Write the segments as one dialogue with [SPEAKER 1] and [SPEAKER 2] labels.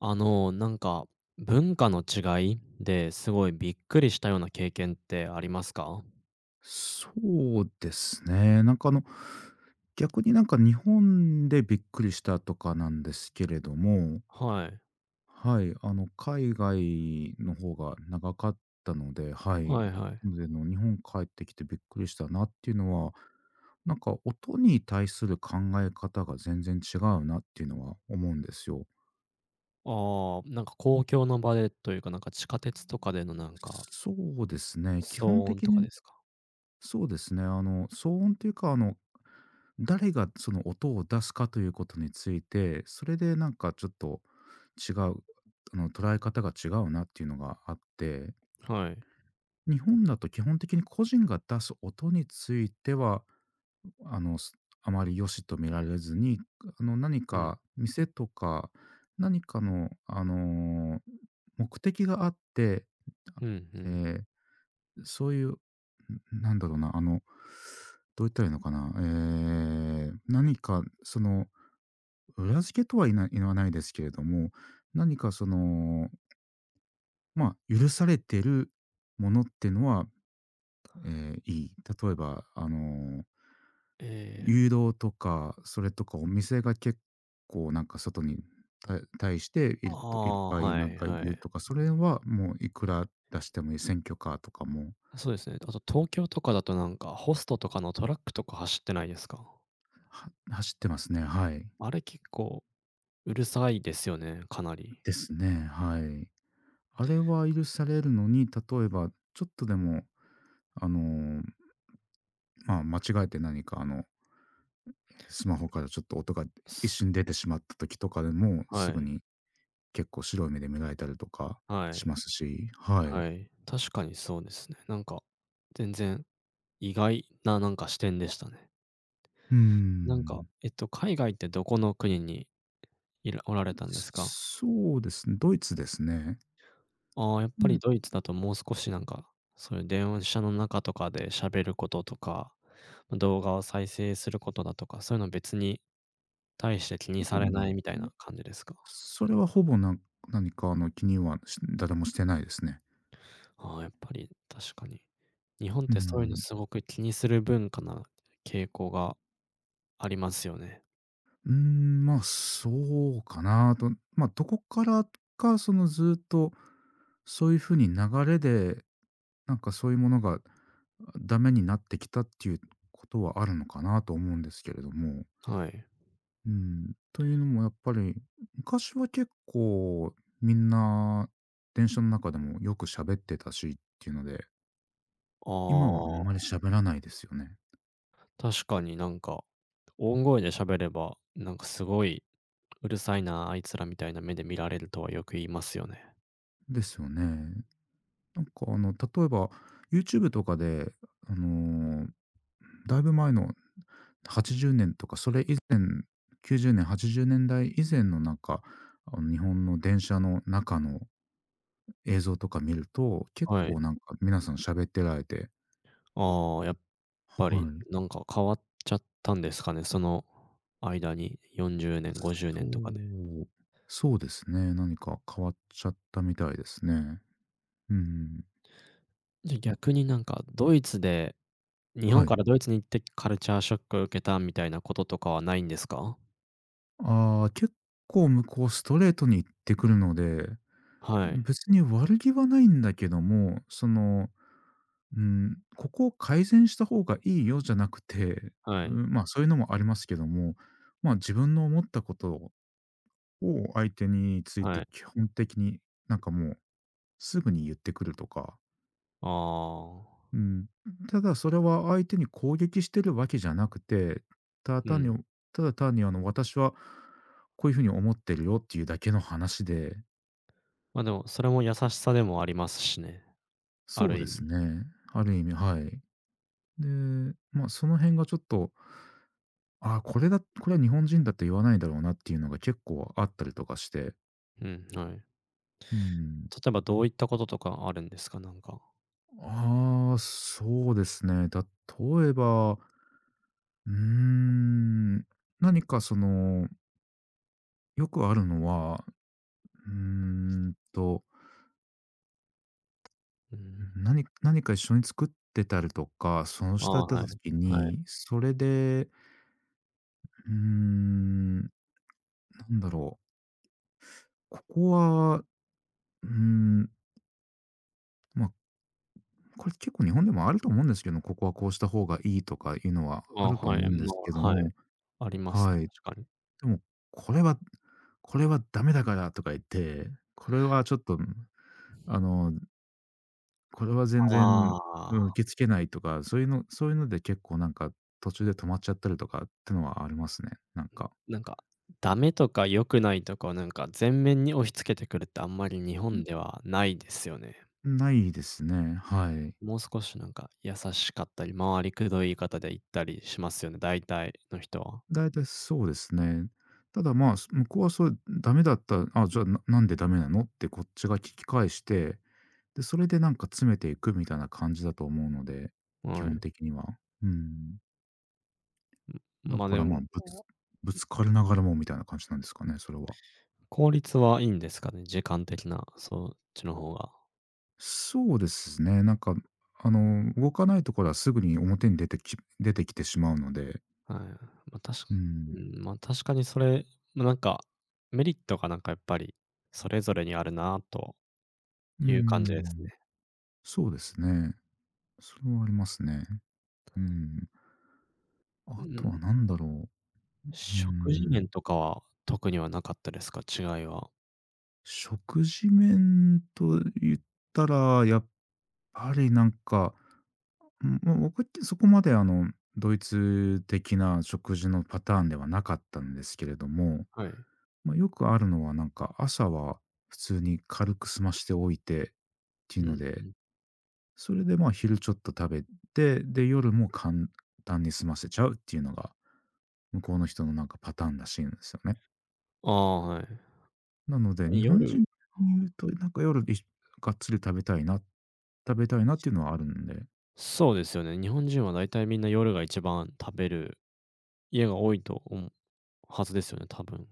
[SPEAKER 1] なんか、文化の違いですごいびっくりしたような経験ってありますか？
[SPEAKER 2] そうですね。なんか逆になんか日本でびっくりしたとかなんですけれども、
[SPEAKER 1] はい。
[SPEAKER 2] はい、海外の方が長かったので、はい。
[SPEAKER 1] はいはい。
[SPEAKER 2] なので日本帰ってきてびっくりしたなっていうのは、なんか音に対する考え方が全然違うなっていうのは思うんですよ。
[SPEAKER 1] ああ、なんか公共の場でというか、なんか地下鉄とかでのなんか、
[SPEAKER 2] そうですね。基本
[SPEAKER 1] 騒音
[SPEAKER 2] 的
[SPEAKER 1] とか
[SPEAKER 2] に、
[SPEAKER 1] ですか？
[SPEAKER 2] そうですね。騒音っていうか、誰がその音を出すかということについて、それでなんかちょっと違う、捉え方が違うなっていうのがあって、
[SPEAKER 1] はい。
[SPEAKER 2] 日本だと基本的に個人が出す音については、あの、すあまり良しと見られずに、何
[SPEAKER 1] うん、
[SPEAKER 2] か店とか、何かの、目的があって、
[SPEAKER 1] うんう
[SPEAKER 2] え
[SPEAKER 1] ん。
[SPEAKER 2] ーそういう、なんだろうな、どう言ったらいいのかな、何かその、裏付けとは言わないですけれども、何かその、まあ、許されてるものってのは、いい。例えば、
[SPEAKER 1] ええ、
[SPEAKER 2] 誘導とか、それとかお店が結構なんか外に対してい
[SPEAKER 1] あ
[SPEAKER 2] っいっ
[SPEAKER 1] あ、
[SPEAKER 2] ぱい
[SPEAKER 1] は
[SPEAKER 2] なん
[SPEAKER 1] い
[SPEAKER 2] か
[SPEAKER 1] は
[SPEAKER 2] 言う
[SPEAKER 1] い。
[SPEAKER 2] とか、それはもういくら出してもいい、選挙カーとかも
[SPEAKER 1] そうですね。あと東京とかだとなんか、ホストとかのトラックとか走ってないですか？
[SPEAKER 2] は走ってますね、はい。
[SPEAKER 1] あれ結構うるさいですよね、かなり。
[SPEAKER 2] ですね、はい。あれは許されるのに、例えばちょっとでも、あの、まあ、間違えて何かスマホからちょっと音が一
[SPEAKER 1] す
[SPEAKER 2] 瞬出てしまった時とかでも、
[SPEAKER 1] は
[SPEAKER 2] すぐ
[SPEAKER 1] い、
[SPEAKER 2] に結構白い目で見られたりとか
[SPEAKER 1] は
[SPEAKER 2] し
[SPEAKER 1] い。
[SPEAKER 2] ますし、は
[SPEAKER 1] は
[SPEAKER 2] い。
[SPEAKER 1] い。確かにそうですね。なんか、全然意外ななんか視点でしたね。
[SPEAKER 2] うー
[SPEAKER 1] なんか、
[SPEAKER 2] ん。
[SPEAKER 1] 海外ってどこの国におられたんですか？
[SPEAKER 2] そうですね、ドイツですね。
[SPEAKER 1] ああー、やっ
[SPEAKER 2] う
[SPEAKER 1] ぱり
[SPEAKER 2] ん、
[SPEAKER 1] ドイツだともう少しなんか、そういう電車の中とかで喋ることとか、ま、動画を再生することだとか、そういうの別に大して気に
[SPEAKER 2] 特
[SPEAKER 1] されな
[SPEAKER 2] に
[SPEAKER 1] いみたいな感じですか？
[SPEAKER 2] それはほぼな何か気にはし誰もしてないですね。
[SPEAKER 1] ああー、やっぱり確かに。日本っ
[SPEAKER 2] うー
[SPEAKER 1] てそういうの
[SPEAKER 2] ん。
[SPEAKER 1] すごく気にする文化な傾向がありますよね。
[SPEAKER 2] まあ、そうかなと。まあ、どこからか、そのずっと、そういう風に流れで、なんかそういうものが、ダメになってきたっていうことはあるのかなと思うんですけれども。
[SPEAKER 1] はい。
[SPEAKER 2] うん、というのもやっぱり、昔は結構みんな、電車の中でもよく喋ってたしっていうので、
[SPEAKER 1] あ
[SPEAKER 2] 今はあんまり
[SPEAKER 1] あ。
[SPEAKER 2] 喋らないですよね。
[SPEAKER 1] 確かになんか、大声で喋れば、なんかすごい、うるさいな、あいつらみたいな目で見られるとはよく言いますよね。
[SPEAKER 2] ですよね。なんか例えば、YouTube とかで、あのだいぶ前の80年とか、それ以前、90年、80年代以前のなんか、日本の電車の中の映像とか見ると、結
[SPEAKER 1] はい。
[SPEAKER 2] 構なんか皆さん喋ってられて、
[SPEAKER 1] ああ、やっぱ
[SPEAKER 2] は
[SPEAKER 1] り
[SPEAKER 2] い。
[SPEAKER 1] なんか変わっちゃったんですかね、その間に、40年、50
[SPEAKER 2] そ
[SPEAKER 1] 年とかで。
[SPEAKER 2] う、そうですね、何か変わっちゃったみたいですね。うん、
[SPEAKER 1] じゃ、逆になんかドイツで、日本
[SPEAKER 2] は
[SPEAKER 1] か
[SPEAKER 2] い。
[SPEAKER 1] らドイツに行ってカルチャーショックを受けたみたいなこととかはないんですか？
[SPEAKER 2] ああ、結構向こうストレートに言ってくるので、
[SPEAKER 1] はい、
[SPEAKER 2] 別に悪気はないんだけども、そのうん、ここを改善した方がいいよじゃなくて、
[SPEAKER 1] は
[SPEAKER 2] う
[SPEAKER 1] い、
[SPEAKER 2] ん、まあそういうのもありますけども、ま、自分の思ったことを相手につい
[SPEAKER 1] は
[SPEAKER 2] て
[SPEAKER 1] い。
[SPEAKER 2] 基本的になんかもうすぐに言ってくるとか、
[SPEAKER 1] ああ、
[SPEAKER 2] うん。ただそれは相手に攻撃してるわけじゃなくて、ただ
[SPEAKER 1] う
[SPEAKER 2] 単
[SPEAKER 1] ん。
[SPEAKER 2] にただ単に私はこういう風に思ってるよっていうだけの話で、
[SPEAKER 1] ま、でもそれも優しさでもありますしね、あ
[SPEAKER 2] そう
[SPEAKER 1] る
[SPEAKER 2] で
[SPEAKER 1] 意
[SPEAKER 2] す
[SPEAKER 1] 味。
[SPEAKER 2] ね、ある意味、はい。で、ま、その辺がちょっと、ああ、これは日本人だって言わないだろうなっていうのが結構あったりとかして。
[SPEAKER 1] うん、はい。
[SPEAKER 2] うん。
[SPEAKER 1] 例えばどういったこととかあるんですか？なんか。
[SPEAKER 2] ああ、そうですね。例えば、うーん、何かその、よくあるのは、うーんと、
[SPEAKER 1] うん。
[SPEAKER 2] 何何か一緒に作ってたりとか、その
[SPEAKER 1] あ
[SPEAKER 2] 下だっ
[SPEAKER 1] あ、
[SPEAKER 2] た
[SPEAKER 1] はい。
[SPEAKER 2] 時
[SPEAKER 1] はい。
[SPEAKER 2] に、それで、うーん、なんだろう、ここは、うーん、まあ、これ結構日本でもあると思うんですけど、ここはこうした方がいいとかいうのは
[SPEAKER 1] あ
[SPEAKER 2] あ
[SPEAKER 1] あ、
[SPEAKER 2] ると
[SPEAKER 1] はい。
[SPEAKER 2] 思うんで
[SPEAKER 1] ま
[SPEAKER 2] すけど
[SPEAKER 1] あ、はい。
[SPEAKER 2] も、
[SPEAKER 1] あります
[SPEAKER 2] は
[SPEAKER 1] ね、
[SPEAKER 2] い。
[SPEAKER 1] 確かに。
[SPEAKER 2] でも、これはこれはダメだからとか言って、これはちょっと、あの、これは全然、うん、
[SPEAKER 1] ああ、
[SPEAKER 2] 受け付けないとか、そういうので結構なんか途中で止まっちゃったりとかってのはありますね、なんか。
[SPEAKER 1] なんか、ダメとか良くないとかをなんか全面に押し付けてくるってあんまり日本ではないですよね。
[SPEAKER 2] ないですね、はい。
[SPEAKER 1] もう少しなんか優しかったり、回りくどい言い方で言ったりしますよね、大体の人は。
[SPEAKER 2] だいたいそうですね。ただまあ、向こうはそれダメだったら、あ、じゃあ、なんでダメなのってこっちが聞き返して、で、それでなんか詰めていくみたいな感じだと思うので、基
[SPEAKER 1] は
[SPEAKER 2] 本
[SPEAKER 1] い。
[SPEAKER 2] 的には。うん。だ
[SPEAKER 1] ま、
[SPEAKER 2] か
[SPEAKER 1] で
[SPEAKER 2] らま
[SPEAKER 1] も、
[SPEAKER 2] あ、ぶつかりながらもみたいな感じなんですかね、それは。
[SPEAKER 1] 効率はいいんですかね、時間的な、そっちの方が。
[SPEAKER 2] そうですね。なんか、動かないところはすぐに表に出てきてしまうので、
[SPEAKER 1] はい。まあ、
[SPEAKER 2] う
[SPEAKER 1] う
[SPEAKER 2] ん。
[SPEAKER 1] ん、まあ、確かにそれ、ま、なんか、メリットがなんかやっぱり、それぞれにあるなと
[SPEAKER 2] う
[SPEAKER 1] いう感じですね。
[SPEAKER 2] ん。そうですね。それはありますね。うん。
[SPEAKER 1] う
[SPEAKER 2] あとは
[SPEAKER 1] ん。
[SPEAKER 2] 何だろう。う
[SPEAKER 1] 食事
[SPEAKER 2] ん。
[SPEAKER 1] 面とかは特にはなかったですか？違いは。
[SPEAKER 2] 食事面と言ったら、やっぱりなんかうん、ま、僕ってそこまでドイツ的な食事のパターンではなかったんですけれども、
[SPEAKER 1] はい。
[SPEAKER 2] まあ、よくあるのはなんか朝は普通に軽く済ましておいてって
[SPEAKER 1] う
[SPEAKER 2] いうの
[SPEAKER 1] ん、う
[SPEAKER 2] で、
[SPEAKER 1] ん。
[SPEAKER 2] それでまあ昼ちょっと食べて、で、夜も簡単に済ませちゃうっていうのが、向こうの人のなんかパターンらしいんですよね。
[SPEAKER 1] ああ、は
[SPEAKER 2] なので、
[SPEAKER 1] い。
[SPEAKER 2] 日本人に言うとなんか夜、がっつり食べたいなっていうのはあるんで、
[SPEAKER 1] そうですよね。日本人は大体みんな夜が一番食べる家が多いとはずですよね、多分。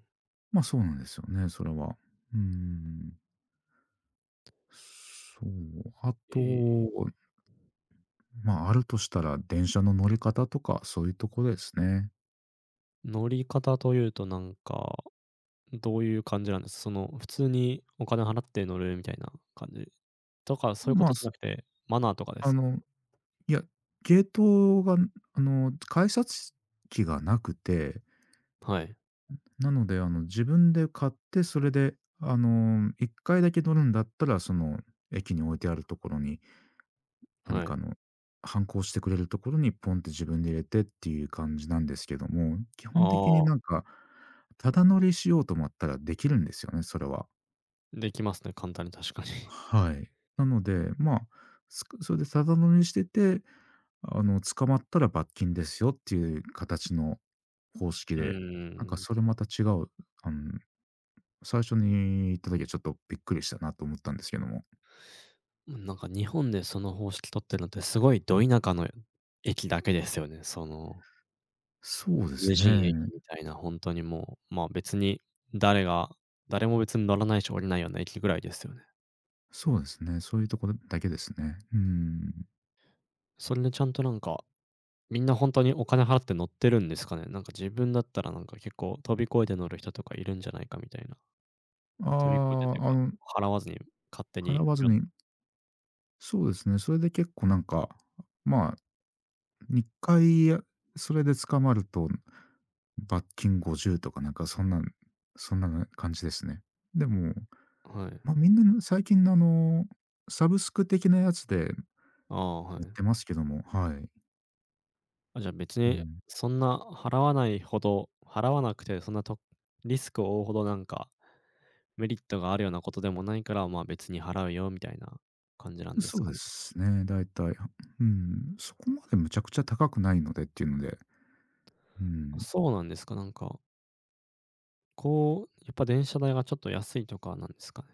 [SPEAKER 2] ま、そうなんですよね、それは。うん。そう、あ
[SPEAKER 1] ええ、
[SPEAKER 2] と、まあ、あるとしたら電車の乗り方とか、そういうとこですね。
[SPEAKER 1] 乗り方というとなんか、どういう感じなんですか？その、普通にお金払って乗るみたいな感じとか、そういうこ
[SPEAKER 2] ま
[SPEAKER 1] と
[SPEAKER 2] あ、
[SPEAKER 1] じゃ
[SPEAKER 2] す
[SPEAKER 1] なくて、マナーとかで
[SPEAKER 2] あ
[SPEAKER 1] すか？
[SPEAKER 2] の、いや、ゲートが、改札機がなくて、
[SPEAKER 1] はい、
[SPEAKER 2] なので、自分で買って、それで、1回だけ乗るんだったら、その、駅に置いてあるところに、何
[SPEAKER 1] はい。
[SPEAKER 2] か、の、反抗してくれるところにポンって自分で入れてっていう感じなんですけども、基本的に
[SPEAKER 1] ああ、
[SPEAKER 2] なんか、ただ乗りしようと思ったらできるんですよね、それは。
[SPEAKER 1] できますね、簡単に確かに。
[SPEAKER 2] はい。なので、まあ、それでただ飲みにしてて、捕まったら罰金ですよっていう形の方式
[SPEAKER 1] う
[SPEAKER 2] で、なんか
[SPEAKER 1] ーん。
[SPEAKER 2] それまた違う、あの、最初に行った時はちょっとびっくりしたなと思ったんですけども。
[SPEAKER 1] なんか日本でその方式取ってるのってすごいど田舎の駅だけですよね。その、
[SPEAKER 2] そうで
[SPEAKER 1] 無
[SPEAKER 2] す
[SPEAKER 1] 人駅
[SPEAKER 2] ね。
[SPEAKER 1] みたいな、本当にもう、まあ、別に誰が誰も別に乗らないし降りないような駅ぐらいですよね。
[SPEAKER 2] そうですね。そういうところだけですね。うん。
[SPEAKER 1] それでちゃんとなんか、みんな本当にお金払って乗ってるんですかね？なんか自分だったらなんか結構飛び越えて乗る人とかいるんじゃないかみたいな。
[SPEAKER 2] あ
[SPEAKER 1] 飛び越えてという
[SPEAKER 2] あ、
[SPEAKER 1] か、払わずに勝手に、
[SPEAKER 2] 払わず
[SPEAKER 1] ぴょん。
[SPEAKER 2] に、そうですね。それで結構なんか、まあ、2回それで捕まると罰金50とかなんかそんな感じですね。でも、
[SPEAKER 1] はい。
[SPEAKER 2] ま、みんな最近のサブスク的なやつでや
[SPEAKER 1] ああ、は
[SPEAKER 2] って
[SPEAKER 1] い。
[SPEAKER 2] ますけども、はい。
[SPEAKER 1] あ、じゃあ別
[SPEAKER 2] う
[SPEAKER 1] に、
[SPEAKER 2] ん。
[SPEAKER 1] そんな払わなくてそんなとリスクを負うほどなんか、メリットがあるようなことでもないから、まあ、別に払うよみたいな感じなんです
[SPEAKER 2] そう
[SPEAKER 1] か
[SPEAKER 2] で
[SPEAKER 1] ね。
[SPEAKER 2] すね、大体。うん、そこまでむちゃくちゃ高くないのでっていうので、う
[SPEAKER 1] あ、
[SPEAKER 2] ん、
[SPEAKER 1] そうなんですか。なんか、こう、やっぱ電車代がちょっと安いとかなんですかね。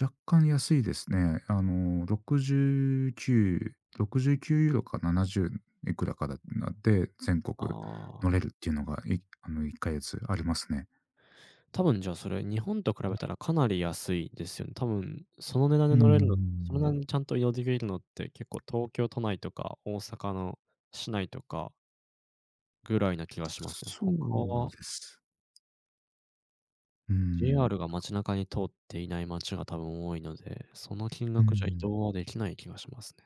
[SPEAKER 2] 若干安いですね。69ユーロか70いくらかだで、全
[SPEAKER 1] あ
[SPEAKER 2] 国乗れ
[SPEAKER 1] あ。
[SPEAKER 2] るっていうのが、いあの1か月ありますね。
[SPEAKER 1] 多分じゃあそれ、日本と比べたらかなり安いですよね。多分その値段
[SPEAKER 2] う
[SPEAKER 1] で
[SPEAKER 2] ー
[SPEAKER 1] 乗れるのその値
[SPEAKER 2] ん。
[SPEAKER 1] 段でちゃんと移動できるのって結構東京都内とか大阪の市内とかぐらいな気がしますね。
[SPEAKER 2] そ
[SPEAKER 1] 他
[SPEAKER 2] う
[SPEAKER 1] は
[SPEAKER 2] です。うん。
[SPEAKER 1] JR が街中に通っていない街が多分多いので、その金
[SPEAKER 2] う
[SPEAKER 1] 額じゃ移
[SPEAKER 2] ん。
[SPEAKER 1] 動はできない気がしますね。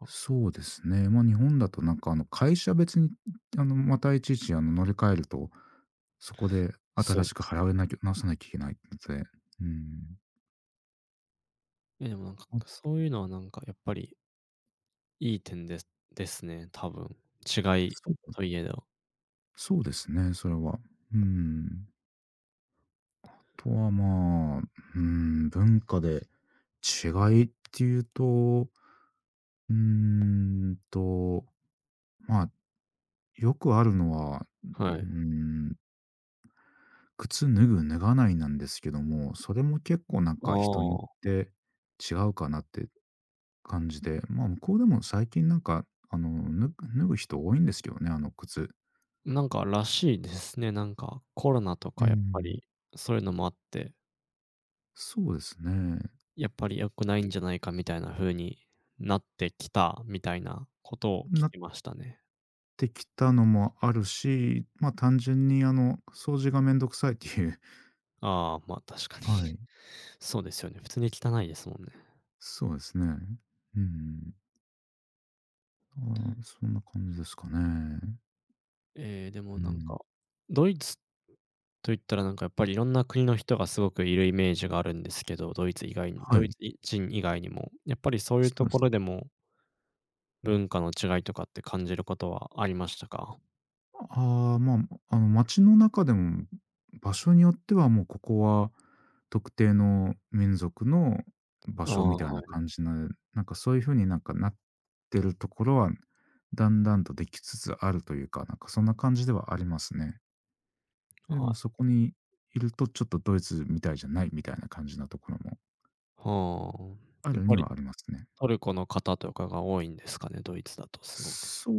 [SPEAKER 1] まあ、
[SPEAKER 2] そうですね。まあ、日本だとなんかあの会社別に、またいちいちあの乗り換えると、そこで
[SPEAKER 1] そ
[SPEAKER 2] 新
[SPEAKER 1] うで
[SPEAKER 2] しく
[SPEAKER 1] すね。
[SPEAKER 2] 払わなきゃなさなきゃいけないので、うん。
[SPEAKER 1] え、でもなんか、
[SPEAKER 2] あ、
[SPEAKER 1] そういうのはなんかやっぱりいい点ですね、多分。違い
[SPEAKER 2] そう
[SPEAKER 1] といえど。
[SPEAKER 2] そうですね、それは。うん。あとはまあ、うん、文化で違いっていうと、うーんと、まあ、よくあるのは、
[SPEAKER 1] は
[SPEAKER 2] うー
[SPEAKER 1] い。
[SPEAKER 2] ん靴脱ぐ脱がないなんですけども、それも結構なん
[SPEAKER 1] あ
[SPEAKER 2] か人によっ
[SPEAKER 1] あ。
[SPEAKER 2] て違うかなって感じで、まあ、向こうでも最近なんか、脱ぐ人多いんですけどね、あの靴。
[SPEAKER 1] なんからしいですね。なんか、コロナと
[SPEAKER 2] う
[SPEAKER 1] かやっぱ
[SPEAKER 2] ん。
[SPEAKER 1] り、そういうのもあって、
[SPEAKER 2] そうですね。
[SPEAKER 1] やっぱり良くないんじゃないかみたいな風になってきたみたいなことを聞
[SPEAKER 2] なっ
[SPEAKER 1] きましたね。
[SPEAKER 2] てきたのもあるし、まあ、単純に掃除がめんどくさいっていう。
[SPEAKER 1] ああ、まあ確か に。
[SPEAKER 2] は い。
[SPEAKER 1] そうですよね。普通に汚いですもんね。
[SPEAKER 2] そうですね。うん。ああ、そんな感じですかね。
[SPEAKER 1] ええ、でも
[SPEAKER 2] う
[SPEAKER 1] なんか、
[SPEAKER 2] ん。
[SPEAKER 1] ドイツといったらなんかやっぱりいろんな国の人がすごくいるイメージがあるんですけど、ド
[SPEAKER 2] は
[SPEAKER 1] イ
[SPEAKER 2] い。
[SPEAKER 1] ツ人以外にも、やっぱりそういう
[SPEAKER 2] そ
[SPEAKER 1] と
[SPEAKER 2] うで
[SPEAKER 1] こ
[SPEAKER 2] す
[SPEAKER 1] ろ
[SPEAKER 2] ね。
[SPEAKER 1] でも文化の違いとかって感じることはありましたか？
[SPEAKER 2] ああ、まあ、街の中でも、場所によってはもうここは特定の民族の場
[SPEAKER 1] あ
[SPEAKER 2] 所
[SPEAKER 1] あ、
[SPEAKER 2] みたい
[SPEAKER 1] は
[SPEAKER 2] な
[SPEAKER 1] い。
[SPEAKER 2] 感じな、なんかそういう風になんかなってるところは、だんだんとできつつあるというか、なんかそんな感じではありますね。でも
[SPEAKER 1] あ。
[SPEAKER 2] そこにいるとちょっとドイツみたいじゃないみたいな感じなところも
[SPEAKER 1] はあ。
[SPEAKER 2] あ
[SPEAKER 1] やっ
[SPEAKER 2] る
[SPEAKER 1] ぱ
[SPEAKER 2] に
[SPEAKER 1] り
[SPEAKER 2] はありますね。
[SPEAKER 1] トルコの方とかが多いんですかね、ドイツだとすごく。
[SPEAKER 2] そ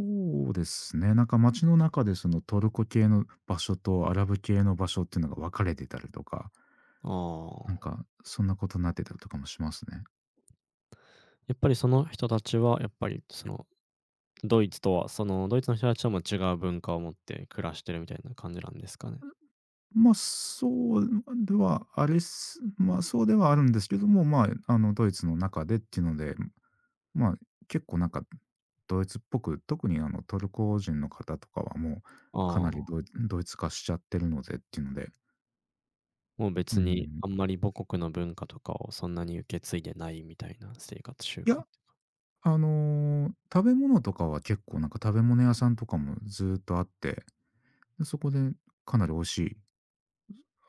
[SPEAKER 2] うですね、なんか街の中でそのトルコ系の場所とアラブ系の場所っていうのが分かれてたりとか
[SPEAKER 1] あ
[SPEAKER 2] なん
[SPEAKER 1] あ。
[SPEAKER 2] か、そんなことになってたりとかもしますね。
[SPEAKER 1] やっぱりその人たちはやっぱりそのドイツとは、そのドイツの人たちはもう違う文化を持って暮らしてるみたいな感じなんですかね。
[SPEAKER 2] ま、あそうではあれっすまあ、そうではあるんですけども、まあ、ドイツの中でっていうので、まあ、結構なんか、ドイツっぽく、特にトルコ人の方とかはもう、か
[SPEAKER 1] あ
[SPEAKER 2] なり
[SPEAKER 1] あ、
[SPEAKER 2] ドイツ化しちゃってるのでっていうので、
[SPEAKER 1] もう
[SPEAKER 2] う
[SPEAKER 1] 別に
[SPEAKER 2] ん。
[SPEAKER 1] あんまり母国の文化とかをそんなに受け継いでないみたいな生活習
[SPEAKER 2] いや、
[SPEAKER 1] 慣。
[SPEAKER 2] 食べ物とかは結構なんか食べ物屋さんとかもずーっとあって、で、そこでかなり美味しい、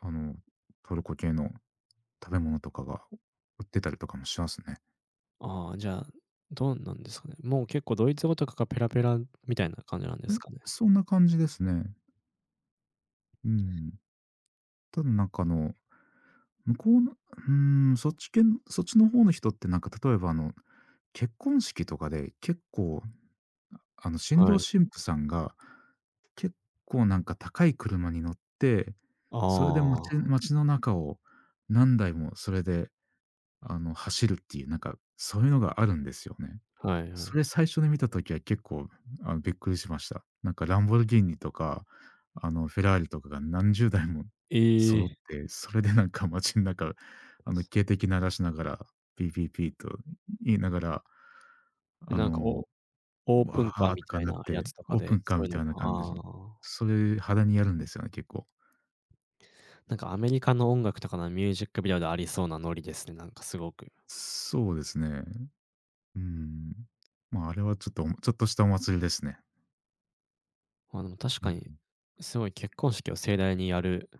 [SPEAKER 2] あの、トルコ系の食べ物とかが売ってたりとかもしますね。
[SPEAKER 1] ああ、じゃあ、どうなんですかね。もう結構ドイツ語とかがペラペラみたいな感じなんで
[SPEAKER 2] え、
[SPEAKER 1] すかね。
[SPEAKER 2] そんな感じですね。うん。ただなんか向こうのそっちの方の人ってなんか例えば結婚式とかで結構新
[SPEAKER 1] は
[SPEAKER 2] 郎
[SPEAKER 1] い。
[SPEAKER 2] 新婦さんが、結構なんか高い車に乗って、
[SPEAKER 1] あ
[SPEAKER 2] それで
[SPEAKER 1] あ、は
[SPEAKER 2] 街の中を何台もそれで走るっていうなんか、そういうのがあるんですよね。
[SPEAKER 1] いは
[SPEAKER 2] そ
[SPEAKER 1] い。
[SPEAKER 2] れ最初に見たときは結構、びっくりしました。なんかランボルギーニとか、フェラーリとかが何十台も
[SPEAKER 1] え
[SPEAKER 2] 揃っ
[SPEAKER 1] え。
[SPEAKER 2] て、それでなんか街の中、警笛鳴らしながら、ピーピーピーと言いながら、あ
[SPEAKER 1] なんか
[SPEAKER 2] の、
[SPEAKER 1] オープン
[SPEAKER 2] わ
[SPEAKER 1] カー
[SPEAKER 2] ー
[SPEAKER 1] み
[SPEAKER 2] と
[SPEAKER 1] た
[SPEAKER 2] か
[SPEAKER 1] い
[SPEAKER 2] なっ
[SPEAKER 1] なや
[SPEAKER 2] て、
[SPEAKER 1] つとか
[SPEAKER 2] オープ
[SPEAKER 1] で、
[SPEAKER 2] ンカー
[SPEAKER 1] そう
[SPEAKER 2] み
[SPEAKER 1] いう
[SPEAKER 2] た
[SPEAKER 1] の。
[SPEAKER 2] いな感じで、
[SPEAKER 1] あ
[SPEAKER 2] それ肌にやるんですよね、結構。
[SPEAKER 1] あ、なんかアメリカの音楽とかのミュージックビデオでありそうなノリですね、なんかすごく。
[SPEAKER 2] そうですね。うん。まあ、あれはちょっとしたお祭りですね。
[SPEAKER 1] まあ、でも確
[SPEAKER 2] う
[SPEAKER 1] かに、
[SPEAKER 2] ん。
[SPEAKER 1] すごい結婚式を盛大にやる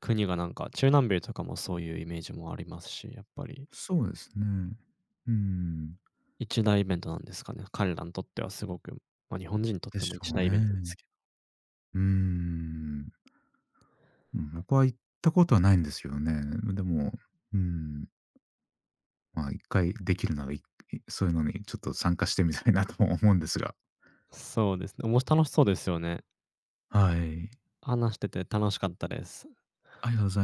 [SPEAKER 1] 国がなんか、中南米とかもそういうイメージもありますし、やっぱり
[SPEAKER 2] そうですね。うん。
[SPEAKER 1] 一大イベントなんですかね。彼らにとってはすごく、ま、日本人にとっ
[SPEAKER 2] で
[SPEAKER 1] て
[SPEAKER 2] し
[SPEAKER 1] も
[SPEAKER 2] ょ
[SPEAKER 1] 一
[SPEAKER 2] う
[SPEAKER 1] 大イベントです
[SPEAKER 2] ね。
[SPEAKER 1] けど。
[SPEAKER 2] うーん。うん、僕は行ったことはないんですよね。でも、うん、まあ、一回できるなら、そういうのにちょっと参加してみたいなとも思うんですが。
[SPEAKER 1] そうですね、おもし楽しそうですよね。
[SPEAKER 2] はい。
[SPEAKER 1] 話してて楽しかったです。
[SPEAKER 2] ありがとうございます。